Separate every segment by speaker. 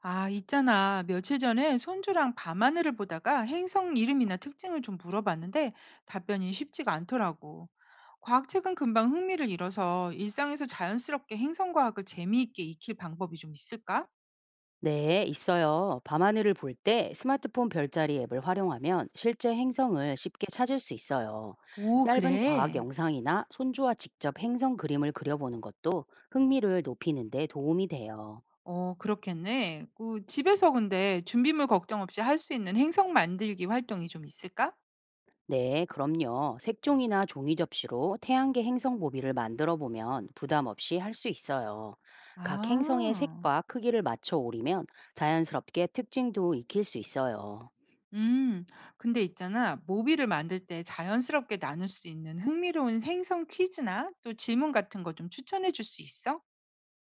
Speaker 1: 아, 있잖아. 며칠 전에 손주랑 밤하늘을 보다가 행성 이름이나 특징을 좀 물어봤는데 답변이 쉽지가 않더라고. 과학책은 금방 흥미를 잃어서 일상에서 자연스럽게 행성과학을 재미있게 익힐 방법이 좀 있을까?
Speaker 2: 네, 있어요. 밤하늘을 볼 때 스마트폰 별자리 앱을 활용하면 실제 행성을 쉽게 찾을 수 있어요.
Speaker 1: 오,
Speaker 2: 짧은 과학
Speaker 1: 그래.
Speaker 2: 영상이나 손주와 직접 행성 그림을 그려보는 것도 흥미를 높이는 데 도움이 돼요.
Speaker 1: 그렇겠네. 그 집에서 근데 준비물 걱정 없이 할 수 있는 행성 만들기 활동이 좀 있을까?
Speaker 2: 네, 그럼요. 색종이나 종이 접시로 태양계 행성 모비를 만들어 보면 부담 없이 할 수 있어요. 각 행성의
Speaker 1: 아.
Speaker 2: 색과 크기를 맞춰 오리면 자연스럽게 특징도 익힐 수 있어요.
Speaker 1: 음, 근데 있잖아. 모비를 만들 때 자연스럽게 나눌 수 있는 흥미로운 생성 퀴즈나 또 질문 같은 거 좀 추천해 줄 수 있어?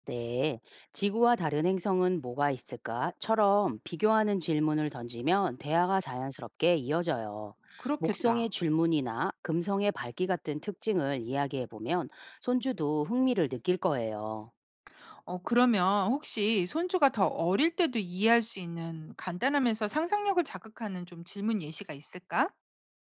Speaker 2: 네, 지구와 다른 행성은 뭐가 있을까?처럼 비교하는 질문을 던지면 대화가 자연스럽게 이어져요. 목성의
Speaker 1: 그렇겠다.
Speaker 2: 줄무늬나 금성의 밝기 같은 특징을 이야기해 보면 손주도 흥미를 느낄 거예요.
Speaker 1: 그러면 혹시 손주가 더 어릴 때도 이해할 수 있는 간단하면서 상상력을 자극하는 좀 질문 예시가 있을까?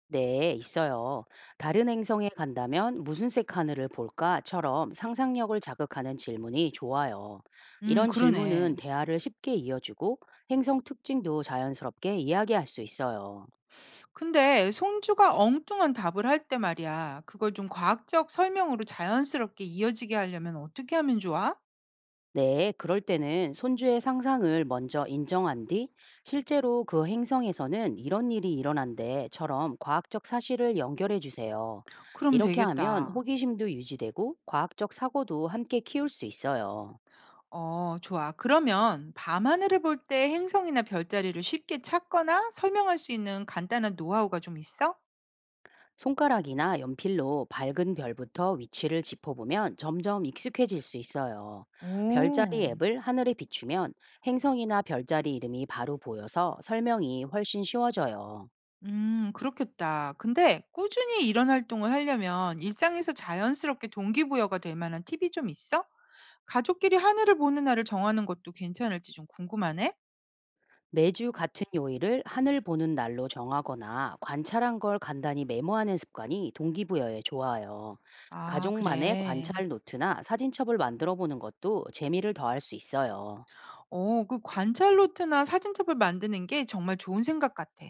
Speaker 2: 네, 있어요. 다른 행성에 간다면 무슨 색 하늘을 볼까?처럼 상상력을 자극하는 질문이 좋아요. 이런
Speaker 1: 그러네.
Speaker 2: 질문은 대화를 쉽게 이어주고 행성 특징도 자연스럽게 이야기할 수 있어요.
Speaker 1: 근데 손주가 엉뚱한 답을 할 때 말이야. 그걸 좀 과학적 설명으로 자연스럽게 이어지게 하려면 어떻게 하면 좋아?
Speaker 2: 네, 그럴 때는 손주의 상상을 먼저 인정한 뒤 실제로 그 행성에서는 이런 일이 일어난대처럼 과학적 사실을 연결해 주세요.
Speaker 1: 그럼
Speaker 2: 이렇게 하면
Speaker 1: 되겠다.
Speaker 2: 호기심도 유지되고 과학적 사고도 함께 키울 수 있어요.
Speaker 1: 좋아. 그러면 밤하늘을 볼 때 행성이나 별자리를 쉽게 찾거나 설명할 수 있는 간단한 노하우가 좀 있어?
Speaker 2: 손가락이나 연필로 밝은 별부터 위치를 짚어보면 점점 익숙해질 수 있어요. 별자리
Speaker 1: 오,
Speaker 2: 앱을 하늘에 비추면 행성이나 별자리 이름이 바로 보여서 설명이 훨씬 쉬워져요.
Speaker 1: 그렇겠다. 근데 꾸준히 이런 활동을 하려면 일상에서 자연스럽게 동기부여가 될 만한 팁이 좀 있어? 가족끼리 하늘을 보는 날을 정하는 것도 괜찮을지 좀 궁금하네?
Speaker 2: 매주 같은 요일을 하늘 보는 날로 정하거나 관찰한 걸 간단히 메모하는 습관이 동기부여에 좋아요.
Speaker 1: 아,
Speaker 2: 가족만의
Speaker 1: 그래.
Speaker 2: 관찰 노트나 사진첩을 만들어 보는 것도 재미를 더할 수 있어요.
Speaker 1: 그 관찰노트나 사진첩을 만드는 게 정말 좋은 생각 같아.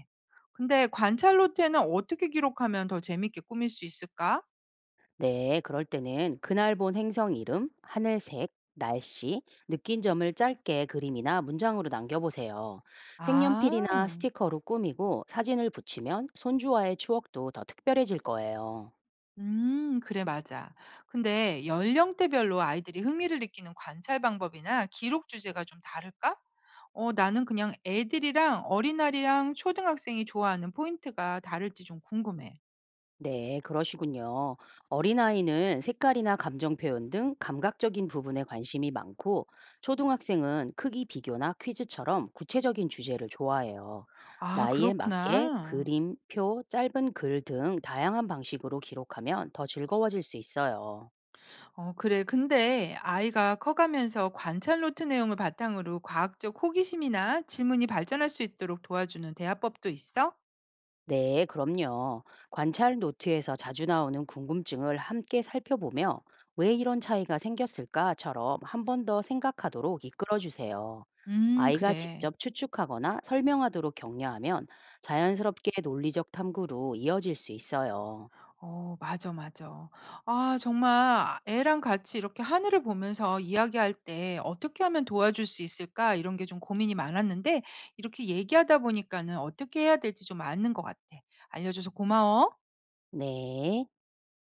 Speaker 1: 근데 관찰노트에는 어떻게 기록하면 더 재밌게 꾸밀 수 있을까?
Speaker 2: 네, 그럴 때는 그날 본 행성 이름, 하늘색, 날씨, 느낀 점을 짧게 그림이나 문장으로 남겨보세요. 색연필이나
Speaker 1: 아,
Speaker 2: 스티커로 꾸미고 사진을 붙이면 손주와의 추억도 더 특별해질 거예요.
Speaker 1: 그래, 맞아. 근데 연령대별로 아이들이 흥미를 느끼는 관찰 방법이나 기록 주제가 좀 다를까? 나는 그냥 애들이랑 어린아이랑 초등학생이 좋아하는 포인트가 다를지 좀 궁금해.
Speaker 2: 네, 그러시군요. 어린아이는 색깔이나 감정 표현 등 감각적인 부분에 관심이 많고, 초등학생은 크기 비교나 퀴즈처럼 구체적인 주제를 좋아해요.
Speaker 1: 아,
Speaker 2: 나이에 맞게
Speaker 1: 그렇구나.
Speaker 2: 그림, 표, 짧은 글 등 다양한 방식으로 기록하면 더 즐거워질 수 있어요.
Speaker 1: 어, 그래. 근데 아이가 커가면서 관찰 노트 내용을 바탕으로 과학적 호기심이나 질문이 발전할 수 있도록 도와주는 대화법도 있어?
Speaker 2: 네, 그럼요. 관찰 노트에서 자주 나오는 궁금증을 함께 살펴보며 왜 이런 차이가 생겼을까처럼 한 번 더 생각하도록 이끌어 주세요. 아이가
Speaker 1: 그래.
Speaker 2: 직접 추측하거나 설명하도록 격려하면 자연스럽게 논리적 탐구로 이어질 수 있어요.
Speaker 1: 어, 맞아, 맞아. 아, 정말 애랑 같이 이렇게 하늘을 보면서 이야기할 때 어떻게 하면 도와줄 수 있을까? 이런 게 좀 고민이 많았는데 이렇게 얘기하다 보니까는 어떻게 해야 될지 좀 아는 것 같아. 알려줘서 고마워.
Speaker 2: 네.